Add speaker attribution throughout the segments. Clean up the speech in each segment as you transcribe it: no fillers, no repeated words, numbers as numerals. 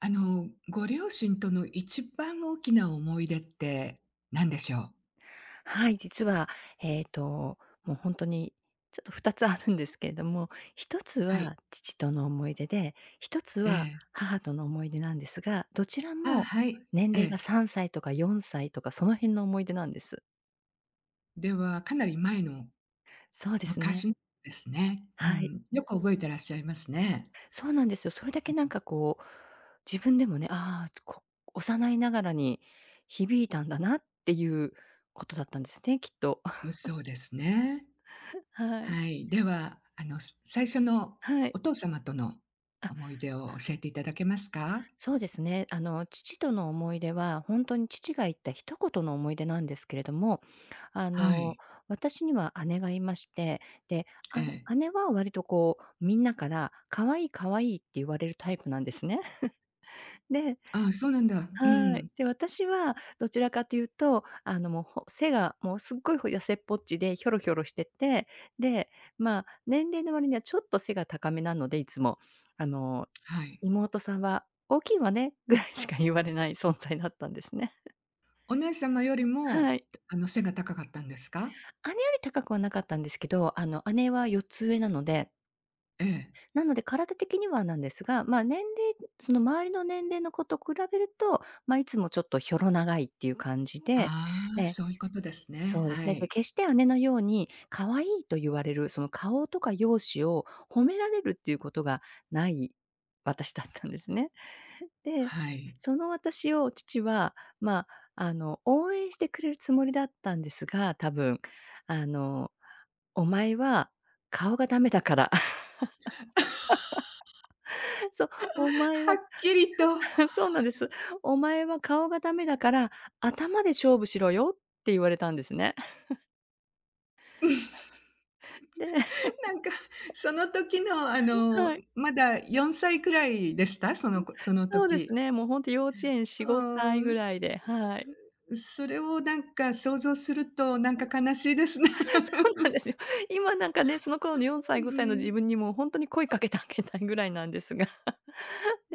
Speaker 1: あの、ご両親との一番大きな思い出って何でしょう？
Speaker 2: はい、実は、えっと、もう本当にちょっと2つあるんですけれども、1つ
Speaker 1: はい。
Speaker 2: は父との思い出で、1つ
Speaker 1: え
Speaker 2: は
Speaker 1: え。
Speaker 2: 母との思い出なんですが、どちら
Speaker 1: あ
Speaker 2: も
Speaker 1: はい。
Speaker 2: 年
Speaker 1: え
Speaker 2: 齢
Speaker 1: え。
Speaker 2: が3歳とか4歳とかその辺の思い出なんです。
Speaker 1: では、かなり前の
Speaker 2: そうですね。
Speaker 1: 昔ですね。う
Speaker 2: はい。
Speaker 1: ん。よく覚えてらっしゃいますね。
Speaker 2: そうなんですよ。それだけなんかこう、自分でもね、ああ、幼いながらに響いたんだなっていうことだったんですね、きっと。
Speaker 1: う ん、そうですね。
Speaker 2: はい。
Speaker 1: はい。では、あの、最初の
Speaker 2: は
Speaker 1: お
Speaker 2: い。
Speaker 1: 父様との思い出を教えていただけますか？
Speaker 2: そうですね。父との思い出は、本当に父が言った一言の思い出なんですけれども、あ
Speaker 1: は
Speaker 2: の、
Speaker 1: い。
Speaker 2: 私には姉がいまして、で、
Speaker 1: ええ。
Speaker 2: 姉は割とこう、みんなから「可愛い可愛い」って言われるタイプなんですね。で
Speaker 1: ああ、そうなんだ。う
Speaker 2: はい。
Speaker 1: ん。
Speaker 2: で、私はどちらかというと、もう、背がもうすっごい痩せっぽっちでひょろひょろしてて、で、まあ、年齢の割にはちょっと背が高めなので、いつも。あの、
Speaker 1: はい。
Speaker 2: 妹さんは、大きいわね ぐらいしか言われない存在だったんですね。
Speaker 1: お姉様より
Speaker 2: は
Speaker 1: も、
Speaker 2: い。
Speaker 1: あの、背が高かったんですか？
Speaker 2: 姉より高くはなかったんですけど、姉は4つ上なので、
Speaker 1: ええ。
Speaker 2: なので体的にはなんですが、まあ、年齢その周りの年齢の子と比べると、まあ、いつもちょっとひょろ長いっていう感じで、
Speaker 1: あ
Speaker 2: え
Speaker 1: あ、
Speaker 2: え、
Speaker 1: そういうことですね。
Speaker 2: そうで
Speaker 1: は
Speaker 2: すね。で、
Speaker 1: い。
Speaker 2: 決して姉のように可愛いと言われる、その顔とか容姿を褒められるっていうことがない私だったんですね。で、
Speaker 1: はい。
Speaker 2: その私を父は、まあ、応援してくれるつもりだったんですが、多分、あの、お前は顔がダメだから、そう、お前
Speaker 1: は
Speaker 2: は
Speaker 1: っきりと、
Speaker 2: そうなんです。お前は顔がダメだから、頭で勝負しろよって言われたんですね。で
Speaker 1: なんか、その時の、あの、
Speaker 2: はい。
Speaker 1: まだ4歳くらいでした？そのこその
Speaker 2: そうです
Speaker 1: 時。
Speaker 2: ね、もうほんと幼稚園4、
Speaker 1: う
Speaker 2: 5歳
Speaker 1: ー
Speaker 2: ぐ
Speaker 1: ん、
Speaker 2: らいで、はい。
Speaker 1: それをなんか想像すると、なんか悲しいですね。
Speaker 2: そう なんですよ。今なんかね、その頃の4歳、
Speaker 1: う
Speaker 2: 5歳の
Speaker 1: ん。
Speaker 2: 自分にもうほんとに声かけてあげたいぐらいなんですが。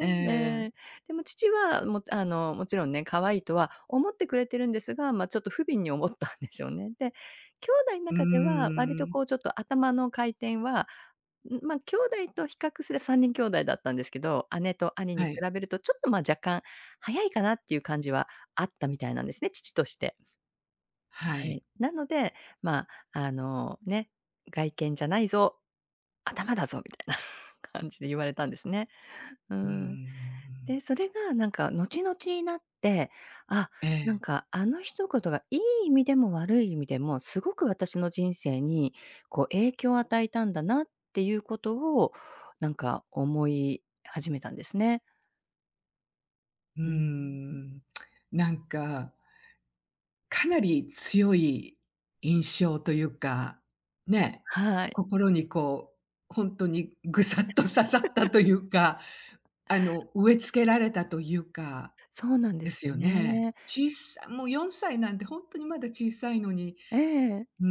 Speaker 1: え
Speaker 2: もえ
Speaker 1: え。
Speaker 2: え、父は、もあの、もちろんね、可愛いとは思ってくれてるんですが、ま、ちょっと不憫に思ったんでしょうね。で、兄弟ん
Speaker 1: うー
Speaker 2: 中では割と
Speaker 1: ん。
Speaker 2: こうちょっと頭の回転はまあ、兄弟と比較すれば3人兄弟だったんですけど、姉と兄に
Speaker 1: は
Speaker 2: 比
Speaker 1: い。
Speaker 2: べるとちょっと、ま、若干早いかなっていう感じはあったみたいなんですね、父として。
Speaker 1: は
Speaker 2: はい。
Speaker 1: い。
Speaker 2: なので、まあ、ね、「外見じゃないぞ、頭だぞ」みたいな 感じで言われたんですね。う
Speaker 1: うー
Speaker 2: ん。
Speaker 1: ん。
Speaker 2: で、それがなんか後々になって、あ、
Speaker 1: え
Speaker 2: なん
Speaker 1: え。
Speaker 2: かあの一言がいい意味でも悪い意味でも、すごく私の人生にこう影響を与えたんだなっていうことを、なんか思い始めたんですね。
Speaker 1: うー
Speaker 2: うん。
Speaker 1: ん。なんかかなり強い印象というか、ね、
Speaker 2: はい。
Speaker 1: 心にこう、本当にぐさっと刺さったというか、あの、植え付けられたというか、
Speaker 2: そうなんで
Speaker 1: で
Speaker 2: す
Speaker 1: す
Speaker 2: よ
Speaker 1: よね。
Speaker 2: ね。
Speaker 1: もう4歳なんて本当にまだ小さいのに、
Speaker 2: ええ。
Speaker 1: うー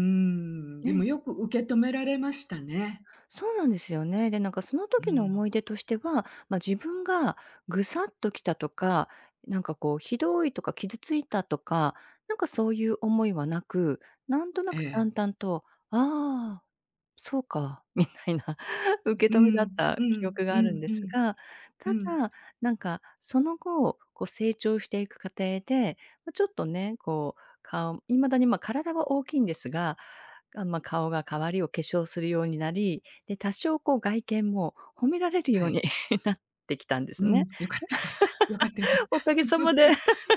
Speaker 1: ん、でも
Speaker 2: ね。
Speaker 1: よく受け止められましたね。
Speaker 2: そうなんですよね。で、なんかその
Speaker 1: う
Speaker 2: 時の
Speaker 1: ん、
Speaker 2: 思い出としては、まあ、自分がぐさっときたとか、なんかこうひどいとか傷ついたとか、なんかそういう思いはなく、なんとな
Speaker 1: え
Speaker 2: く淡
Speaker 1: え。
Speaker 2: 々と、ああそうか、みたいな 受
Speaker 1: う
Speaker 2: け止めだっ
Speaker 1: ん、う
Speaker 2: た記
Speaker 1: ん、
Speaker 2: 憶
Speaker 1: う
Speaker 2: があるん
Speaker 1: ん
Speaker 2: で
Speaker 1: う
Speaker 2: す
Speaker 1: ん、
Speaker 2: が、
Speaker 1: う
Speaker 2: た
Speaker 1: ん。
Speaker 2: だ、なんかその後、こう成長していく過程で、ま、ちょっとね、こう、顔いまだに、ま、体は大きいんですが、あ、まあ、顔が変わりを化粧するようになり、で、多少こう外見も褒められる
Speaker 1: は
Speaker 2: ように
Speaker 1: い。
Speaker 2: なってきたんで
Speaker 1: う
Speaker 2: すね。
Speaker 1: ん、良かった良かった。良かった良かっ
Speaker 2: お
Speaker 1: た。
Speaker 2: かげさまで。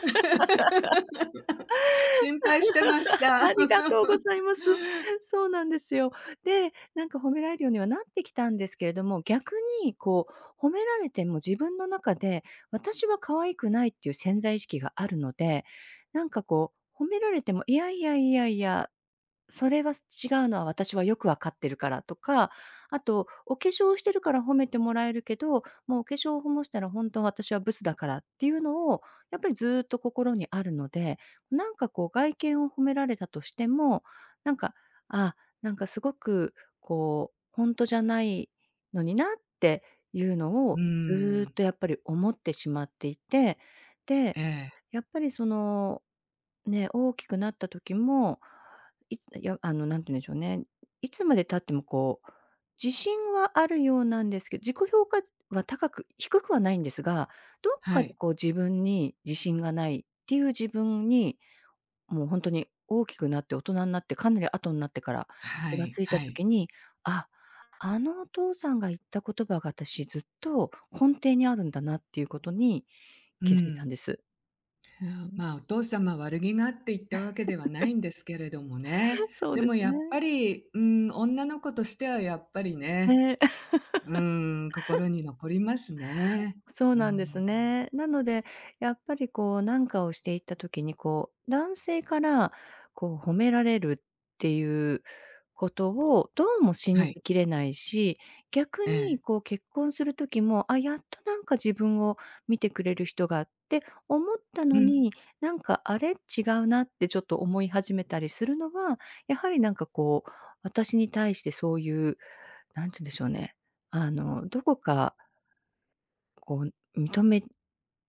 Speaker 1: 心配してまし
Speaker 2: あ
Speaker 1: た。
Speaker 2: りがとうございます。そうなんですよ。で、なんか褒められるようにはなってきたんですけれども、逆にこう褒められても自分の中で、私は可愛くないっていう潜在意識があるので、なんかこう、褒められても、いやいやいやいやそれは違うのは私はよくわかってるからとか、あと、お化粧してるから褒めてもらえるけど、もうお化粧をもしたら本当は私はブスだからっていうのを、やっぱりずっと心にあるので、なんかこう外見を褒められたとしても、なんか、あ、なんかすごくこう、本当じゃないのになっていうの
Speaker 1: うー
Speaker 2: をずーっ
Speaker 1: ん、
Speaker 2: とやっぱり思ってしまっていて、
Speaker 1: え
Speaker 2: で、
Speaker 1: え、
Speaker 2: やっぱりそのね、大きくなった時も、いや、なんて言うんでしょうね、いつまで経ってもこう、自信はあるようなんですけど、自己評価は高く低くはないんですが、どっ
Speaker 1: は
Speaker 2: かで
Speaker 1: い。
Speaker 2: こう自分に自信がないっていう自分に、もう本当に大きくなって大人になって、かなり後になってから
Speaker 1: は
Speaker 2: 気が
Speaker 1: い
Speaker 2: ついた
Speaker 1: はい。
Speaker 2: 時に、あ、あのお父さんが言った言葉が私ずっと根底にあるんだなっていうことに
Speaker 1: う
Speaker 2: 気づいたん
Speaker 1: ん。
Speaker 2: です。うん。
Speaker 1: まあ、お父様悪気があって言ったわけではないんですけれどもね。
Speaker 2: そう
Speaker 1: で
Speaker 2: で
Speaker 1: も
Speaker 2: す
Speaker 1: やっぱ
Speaker 2: ね。
Speaker 1: り、うん、女の子としてはやっぱりね、
Speaker 2: ね。
Speaker 1: うーん、心に残りますね。
Speaker 2: そう
Speaker 1: う
Speaker 2: なんです
Speaker 1: ん。
Speaker 2: ね。なので、やっぱりこう、なんかをしていった時に、こう、男性からこう、褒められるっていうことをどうも
Speaker 1: は
Speaker 2: 信
Speaker 1: い。
Speaker 2: じきれないし、逆
Speaker 1: ええ。
Speaker 2: にこう、結婚する時も、あ、やっとなんか自分を見てくれる人がって思った
Speaker 1: う
Speaker 2: の
Speaker 1: ん。
Speaker 2: に、なんか、あれ、違うなってちょっと思い始めたりするのは、やはりなんかこう、私に対してそういう、なんて言うんでしょうね、どこかこう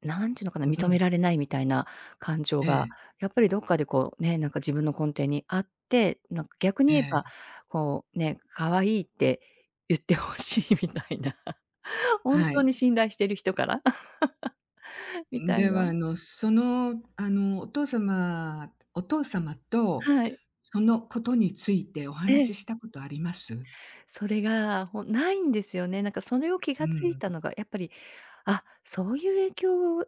Speaker 2: なんていうのかな、
Speaker 1: う
Speaker 2: 認め
Speaker 1: ん。
Speaker 2: られないみたいな感情
Speaker 1: え
Speaker 2: が、
Speaker 1: え、
Speaker 2: やっぱりどっかでこうね、なんか自分の根底にあって、なんか逆
Speaker 1: え
Speaker 2: に言えば、
Speaker 1: え、
Speaker 2: こうね、可愛いって言って欲しいみたいな、本
Speaker 1: は
Speaker 2: 当
Speaker 1: い。
Speaker 2: に信頼してる人から みたい
Speaker 1: で
Speaker 2: な。
Speaker 1: は、あの、その、あの、お父様と、
Speaker 2: はい。
Speaker 1: そのことについてお
Speaker 2: ええ、
Speaker 1: 話ししたことあります？
Speaker 2: それが、ないんですよね。なんかそれを気
Speaker 1: う
Speaker 2: がつい
Speaker 1: ん、
Speaker 2: たのが、やっぱり、あ、そういう影響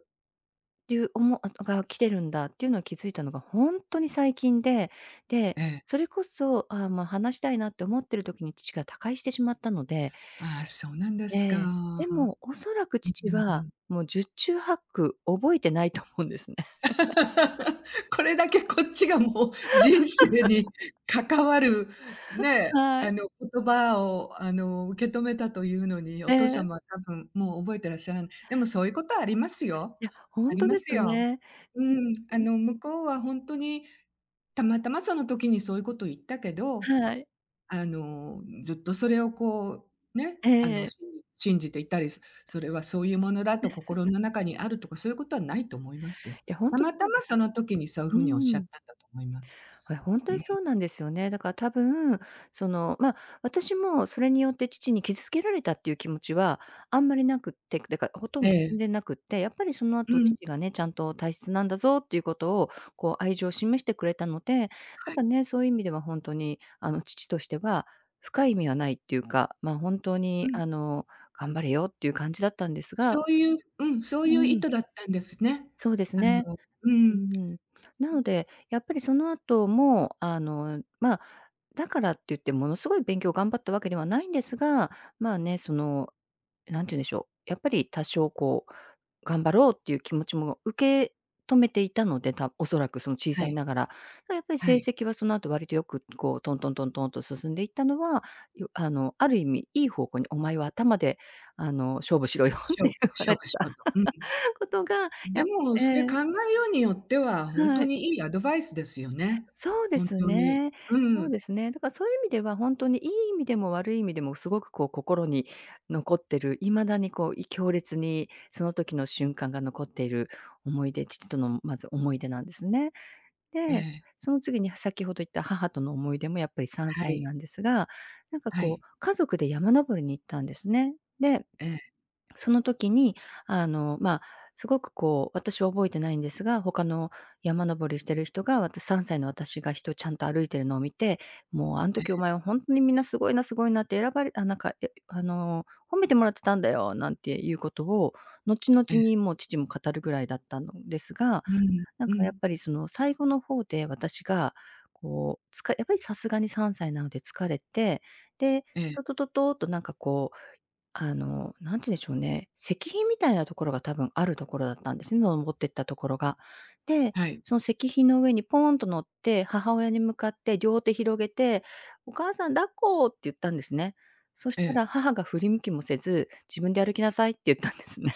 Speaker 2: ていう思うが来てるんだっていうのは気づいたのが本当に最近で、で、
Speaker 1: ええ。
Speaker 2: それこそ、まあ、話したいなって思ってる時に父が他界してしまったので、
Speaker 1: ああ、そうなんで
Speaker 2: え
Speaker 1: すか。
Speaker 2: え、でもおそらく
Speaker 1: う
Speaker 2: 父は、
Speaker 1: ん。
Speaker 2: もう十中八九覚えてないと思うんですね。
Speaker 1: これだけこっちがもう人生に関わる、ね、
Speaker 2: は
Speaker 1: あ
Speaker 2: い。
Speaker 1: の、言葉を、あの、受け止めたというのに、お
Speaker 2: え
Speaker 1: 父
Speaker 2: え。
Speaker 1: 様は多分もう覚えてらっしゃらない。でもそういうことはありますよ。
Speaker 2: いや、ほ
Speaker 1: あ
Speaker 2: ん
Speaker 1: り
Speaker 2: と
Speaker 1: ま
Speaker 2: で
Speaker 1: す
Speaker 2: す
Speaker 1: よ。
Speaker 2: ね。
Speaker 1: うん、あの、向こうは本当に、たまたまその時にそういうことを言ったけど、
Speaker 2: はい。
Speaker 1: あの、ずっとそれをこう、ね、
Speaker 2: え
Speaker 1: あの、
Speaker 2: え。
Speaker 1: 信じていたり、それはそういうものだと心の中にあるとか、そういうことはないと思いますよ。
Speaker 2: いや、ほん
Speaker 1: た
Speaker 2: とそ
Speaker 1: また
Speaker 2: う
Speaker 1: ま
Speaker 2: で
Speaker 1: そ
Speaker 2: す。
Speaker 1: の時にそういう
Speaker 2: う
Speaker 1: ふうにおっ
Speaker 2: ー
Speaker 1: しゃっ
Speaker 2: ん。
Speaker 1: たんだと思います。
Speaker 2: はい、本当
Speaker 1: う
Speaker 2: にそ
Speaker 1: ん。
Speaker 2: うなんですよね。だから多分、その、まあ、私もそれによって父に傷つけられたっていう気持ちはあんまりなくって、だからほと
Speaker 1: え
Speaker 2: んど全
Speaker 1: え。
Speaker 2: 然なくって、やっぱりその
Speaker 1: う
Speaker 2: 後
Speaker 1: ん、
Speaker 2: 父がね、ちゃんと「大切なんだぞ」っていうことを、こう愛情を示してくれたので、な
Speaker 1: は
Speaker 2: んか
Speaker 1: い。
Speaker 2: ね、そういう意味では本当に、父としては深い意味はないっていうか、ま、本当
Speaker 1: う
Speaker 2: に
Speaker 1: ん。
Speaker 2: 頑張れよっていう感じだったんですが、
Speaker 1: そういううん、そう
Speaker 2: う
Speaker 1: いう意
Speaker 2: ん、
Speaker 1: 図だったんですね。
Speaker 2: そうです
Speaker 1: あ
Speaker 2: ね。
Speaker 1: のう
Speaker 2: う
Speaker 1: ん、
Speaker 2: ん。なので、やっぱりその後も、だからって言ってものすごい勉強頑張ったわけではないんですが、まあね、その、なんて言うんでしょう、やっぱり多少こう、頑張ろうっていう気持ちも受け止めていたので、おそらくその小
Speaker 1: は
Speaker 2: さい
Speaker 1: い、
Speaker 2: ながら。やっぱり
Speaker 1: は
Speaker 2: 成
Speaker 1: い。
Speaker 2: 績はその後割とよくこうトントントントンと進んでいったのは、よあの、ある意味いい方向にお前は頭で勝負しろよっ
Speaker 1: 勝
Speaker 2: て
Speaker 1: 負
Speaker 2: 言わ
Speaker 1: 勝
Speaker 2: れて
Speaker 1: 負しようと。
Speaker 2: た
Speaker 1: うん。
Speaker 2: ことが、
Speaker 1: で
Speaker 2: やっぱ
Speaker 1: も、
Speaker 2: え
Speaker 1: それ考
Speaker 2: え、
Speaker 1: えようによっては、ほん
Speaker 2: は
Speaker 1: と
Speaker 2: い。
Speaker 1: にいいアドバイスですよね。
Speaker 2: そうで
Speaker 1: 本
Speaker 2: す
Speaker 1: 当に。
Speaker 2: ね。
Speaker 1: う
Speaker 2: そう
Speaker 1: ん。
Speaker 2: ですね。だからそういう意味では本当にいい意味でも悪い意味でもすごくこう心に残ってる、未だに強烈にその時の瞬間が残っている思い出、父とのまず思い出なんですね。
Speaker 1: え
Speaker 2: で、
Speaker 1: え。
Speaker 2: その次に先ほど言った母との思い出もやっぱり3
Speaker 1: は
Speaker 2: 歳
Speaker 1: い。
Speaker 2: なんですが、なんか
Speaker 1: は
Speaker 2: こ
Speaker 1: い。
Speaker 2: う、家族で山登りに行ったんですね。で、
Speaker 1: えええ
Speaker 2: その時に、あの、まあ、すごくこう、私は覚えてないんですが、他の山登りしてる人が、3歳の私がちゃんと歩いてるのを見て、「もう、あん時お前は本当にみんなすごいなすごいな」って選ばれあ、なんか、え、あの、褒めてもらってたんだよ、なんていうことを、後々
Speaker 1: ええ
Speaker 2: に
Speaker 1: え。
Speaker 2: もう父も語るぐらいだったのですが、
Speaker 1: うん、
Speaker 2: なん
Speaker 1: う
Speaker 2: かやっ
Speaker 1: ん。
Speaker 2: ぱりその最後の方で私が、やっぱりさすがに3歳なので疲れて、で、
Speaker 1: ええ、
Speaker 2: ととととっとなんかこうなんて言うんでしょうね、石碑みたいなところが多分あるところだったんですね、登ってったところが。で、
Speaker 1: はい。
Speaker 2: その石碑の上にポーンと乗って、母親に向かって両手広げて、「お母さん抱っこ」って言ったんですね。そ
Speaker 1: え
Speaker 2: した
Speaker 1: え。
Speaker 2: ら母が振り向きもせず、「自分で歩きなさい」って言ったんですね。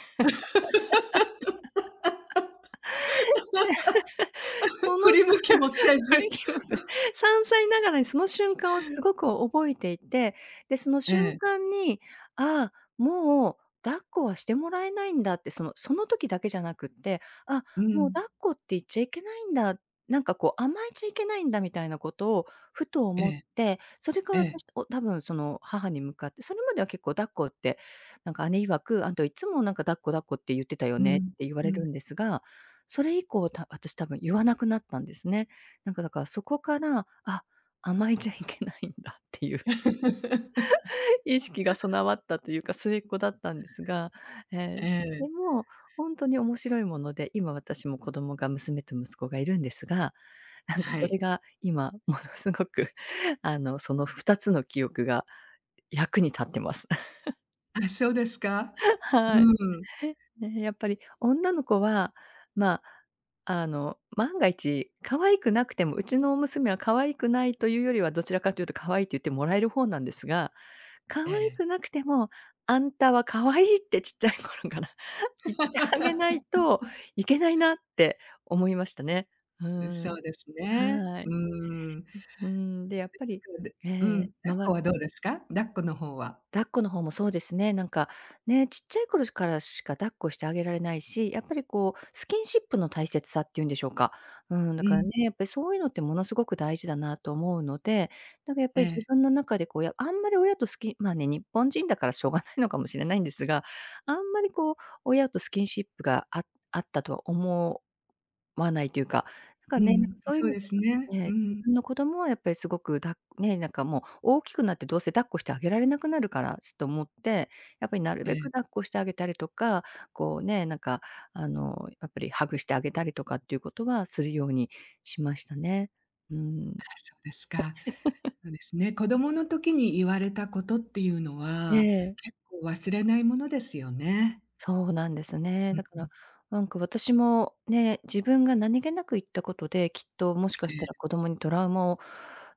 Speaker 2: そ の
Speaker 1: 振り向きもせ
Speaker 2: 歩
Speaker 1: ず。
Speaker 2: きます。3歳ながらにその瞬間をすごく覚えていて、で、その
Speaker 1: え
Speaker 2: 瞬
Speaker 1: え、
Speaker 2: 間に、ああ、もう抱っこはしてもらえないんだって、その時だけじゃなくって、あ、
Speaker 1: う
Speaker 2: もう
Speaker 1: ん。
Speaker 2: 抱っこって言っちゃいけないんだ、なんかこう甘えちゃいけないんだみたいなことをふと
Speaker 1: え
Speaker 2: 思っ
Speaker 1: え、
Speaker 2: て、それか
Speaker 1: え
Speaker 2: ら
Speaker 1: え、
Speaker 2: 私多分その母に向かって、それまでは結構抱っこって、なんか姉曰く、あんたいつもなんか抱っこ抱っこって言ってたよ
Speaker 1: う
Speaker 2: ねっ
Speaker 1: ん、
Speaker 2: て言わ
Speaker 1: う
Speaker 2: れる
Speaker 1: ん。
Speaker 2: んですが、それ以降私多分言わなくなったんですね。なんかだからそこから、あ、甘えちゃいけないんだっていう 意識が備わったというか、末っ子だったんですが、え
Speaker 1: え
Speaker 2: ー
Speaker 1: え、
Speaker 2: でも、本当に面白いもので、今私も子供が娘と息子がいるんですが、なんか
Speaker 1: は
Speaker 2: それ
Speaker 1: い。
Speaker 2: が今ものすごく あの、その2つの記憶が役に立ってます。
Speaker 1: あ、そうですか？
Speaker 2: はい。
Speaker 1: うん。
Speaker 2: ね、やっぱり女の子は、ま万が一可愛くなくても、うちの娘は可愛くないというよりは、どちらかというと可愛いって言ってもらえる方なんですが、可
Speaker 1: え
Speaker 2: 愛
Speaker 1: え。
Speaker 2: くなくても、あんたは可愛いってちっちゃい頃から 言ってあげない といけないなって思いましたね。う
Speaker 1: うん、そ
Speaker 2: ん。
Speaker 1: うですね。
Speaker 2: は
Speaker 1: う
Speaker 2: い。
Speaker 1: ーん。
Speaker 2: うん、で、やっ
Speaker 1: で
Speaker 2: ぱ
Speaker 1: すか
Speaker 2: り、
Speaker 1: で
Speaker 2: え
Speaker 1: うん、
Speaker 2: え、
Speaker 1: 抱
Speaker 2: ま
Speaker 1: っこ
Speaker 2: わ
Speaker 1: はどうですか？抱っこの方は。
Speaker 2: 抱っこの方もそうですね。なんか、ね、ちっちゃい頃からしか抱っこしてあげられないし、やっぱりこう、スキンシップの大切さっていうんでしょうか。うん、だ
Speaker 1: う
Speaker 2: から
Speaker 1: ん、
Speaker 2: ね、やっぱりそういうのってものすごく大事だなと思うので、なんかやっ
Speaker 1: え
Speaker 2: ぱり
Speaker 1: え、
Speaker 2: 自分の中でこう、あんまり親とスキンまあね、日本人だからしょうがないのかもしれないんですが、あんまりこう、親とスキンシップがああったとは思わないというか、なんか
Speaker 1: う
Speaker 2: ね、なんか
Speaker 1: ん、
Speaker 2: そういう意
Speaker 1: そう
Speaker 2: 味
Speaker 1: で
Speaker 2: で
Speaker 1: すね。
Speaker 2: は
Speaker 1: う
Speaker 2: ね、自
Speaker 1: ん。
Speaker 2: 分の子供はやっぱりすごくだね、なんかもう大きくなってどうせ抱っこしてあげられなくなるからちょっと思って、やっぱりなる
Speaker 1: え
Speaker 2: べ
Speaker 1: え、
Speaker 2: く抱っこしてあげたりとか、こうね、やっぱりハグしてあげたりとかっていうことはするようにしましたね。うん。
Speaker 1: あ、そうですか。そうですね。子供の時に言われたことっていうの
Speaker 2: え
Speaker 1: は、
Speaker 2: え。
Speaker 1: 結構忘れないものですよね。
Speaker 2: そうなんですね。
Speaker 1: うん
Speaker 2: だか
Speaker 1: うん、
Speaker 2: ら、なんか私もね、自分が何気なく言ったことで、きっともしか
Speaker 1: え
Speaker 2: した
Speaker 1: え、
Speaker 2: ら子供にトラウマを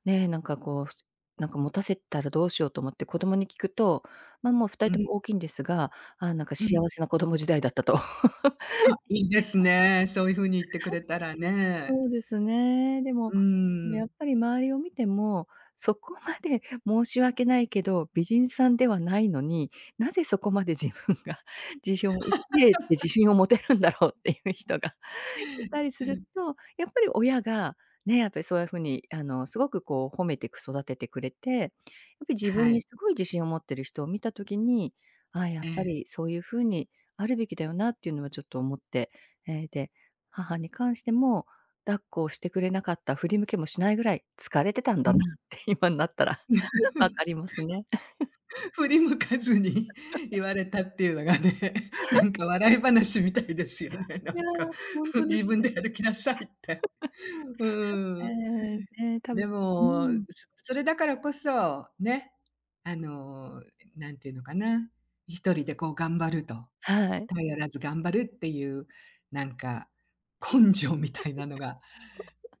Speaker 2: ね、なんか持たせたらどうしようと思って子供に聞くと、ま、もう二
Speaker 1: う
Speaker 2: 人
Speaker 1: ん、
Speaker 2: とも大きいんですが、あ、なんか
Speaker 1: う
Speaker 2: 幸
Speaker 1: ん。
Speaker 2: せな子供時代だったと。
Speaker 1: あ、いいですね。そういう風に言ってくれたらね。
Speaker 2: そうですね。で
Speaker 1: う
Speaker 2: も、
Speaker 1: ー
Speaker 2: ね、やっ
Speaker 1: ん。
Speaker 2: ぱり周りを見ても、そこまで申し訳ないけど、美人さんではないのに、なぜそこまで自分が 自信を持てるんだろうっていう人がいたりすると、やっぱり親が、ね、やっぱりそういう風にすごくこう褒めてく育ててくれて、やっぱり自
Speaker 1: は
Speaker 2: 分に
Speaker 1: い。
Speaker 2: すごい自信を持ってる人を見た時に、ああ、やっ
Speaker 1: え
Speaker 2: ぱ
Speaker 1: え、
Speaker 2: りそういう風にあるべきだよなっていうのはちょっと思って、で、母に関しても、抱っこをしてくれなかった、振り向けもしないぐらい疲れてたん
Speaker 1: う
Speaker 2: だなっ
Speaker 1: ん。
Speaker 2: て 今になったら 分かり ますね。
Speaker 1: 振り向かずに 言われたっていうのがね、なんか笑い話みたいですよね、な
Speaker 2: いや
Speaker 1: んか。
Speaker 2: ー、ほんで
Speaker 1: 自
Speaker 2: す
Speaker 1: 分で歩きなさいって。うーん。
Speaker 2: ね、多
Speaker 1: で
Speaker 2: 分う
Speaker 1: も、
Speaker 2: ん。
Speaker 1: それだからこそ、ね、あの、なんていうのかな、一人でこう頑張ると、
Speaker 2: はい。
Speaker 1: 頼らず頑張るっていう、なんか、根性みたいなのが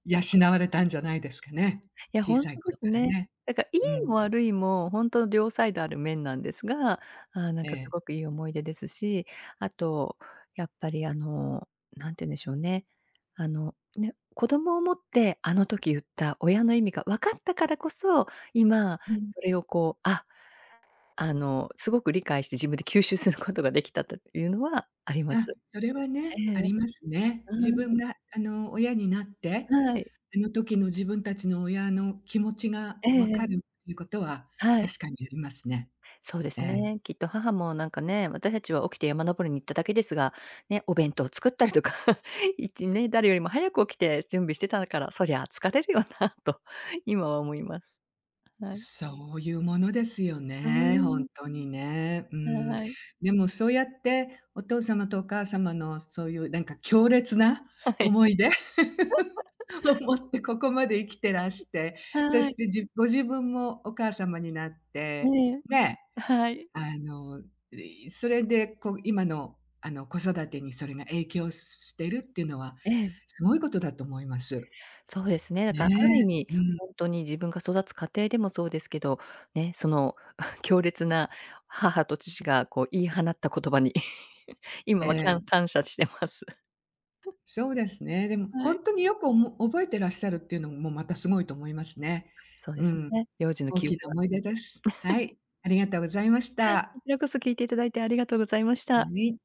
Speaker 1: 養われたんじゃないですかね。
Speaker 2: いや、
Speaker 1: 小
Speaker 2: ほん
Speaker 1: さい
Speaker 2: とで
Speaker 1: 頃か
Speaker 2: す
Speaker 1: ら
Speaker 2: ね。
Speaker 1: ね。
Speaker 2: だか、らい
Speaker 1: う
Speaker 2: い
Speaker 1: ん、
Speaker 2: も悪いも、ほんと両サイドある面なんですが、なん
Speaker 1: え
Speaker 2: かす
Speaker 1: え。
Speaker 2: ごくいい思い出ですし、あと、やっぱり何て言うんでしょうね、ね、子供を持って、あの時言った親の意味が分かったからこそ、今
Speaker 1: うん。
Speaker 2: それをこう、すごく理解して自分で吸収することができたというのはありま
Speaker 1: あ、
Speaker 2: す。
Speaker 1: それはね、
Speaker 2: ええ。
Speaker 1: ありますね。自分
Speaker 2: う
Speaker 1: があの、親になって、
Speaker 2: ん、はい。
Speaker 1: あの時の自分たちの親の気持ちが
Speaker 2: ええ
Speaker 1: わ
Speaker 2: え
Speaker 1: かるっ
Speaker 2: え。
Speaker 1: ていうことは
Speaker 2: は
Speaker 1: 確
Speaker 2: い。
Speaker 1: かにありますね。
Speaker 2: そうで
Speaker 1: え
Speaker 2: す
Speaker 1: え。
Speaker 2: ね。きっと母もなんかね、私たちは起きて山登りに行っただけですが、ね、お弁当を作ったりとか、ね、誰よりも早く起きて準備してたから、そりゃ疲れるよなと 今は思います。はい。
Speaker 1: そういうものですよ
Speaker 2: うー
Speaker 1: ね、本
Speaker 2: ん。
Speaker 1: 当にね。うん。
Speaker 2: はい。
Speaker 1: でもそうやってお父様とお母様のそういうなんか強烈な
Speaker 2: はい。
Speaker 1: 思い出 を持ってここまで生きてらして、そ
Speaker 2: は
Speaker 1: し
Speaker 2: い。
Speaker 1: てじご自分もお母様になって、
Speaker 2: ね
Speaker 1: ね、
Speaker 2: え。はい。
Speaker 1: あの、それでこう今のあの子育てにそれが影響してるっていうのは
Speaker 2: ええ。
Speaker 1: すごいことだと思います。
Speaker 2: そうですね。だからある意
Speaker 1: ね
Speaker 2: 味、
Speaker 1: え。うん。
Speaker 2: 本当に自分が育つ家庭でもそうですけど、ね、その 強烈な母と父がこう言い放った言葉に
Speaker 1: え
Speaker 2: 今は
Speaker 1: え。
Speaker 2: 感謝してます。
Speaker 1: そうですね。でも
Speaker 2: はい。
Speaker 1: 本当によく覚えてらっしゃるっていうのもまたすごいと思いますね。
Speaker 2: そうで
Speaker 1: う
Speaker 2: す
Speaker 1: ん、
Speaker 2: ね。幼児の
Speaker 1: 大
Speaker 2: 記
Speaker 1: き
Speaker 2: 憶
Speaker 1: な
Speaker 2: は。
Speaker 1: 思い出です。はい、ありがとうございました。
Speaker 2: こちらこそ聞いていただいてありがとうございまし
Speaker 1: は
Speaker 2: た。
Speaker 1: い。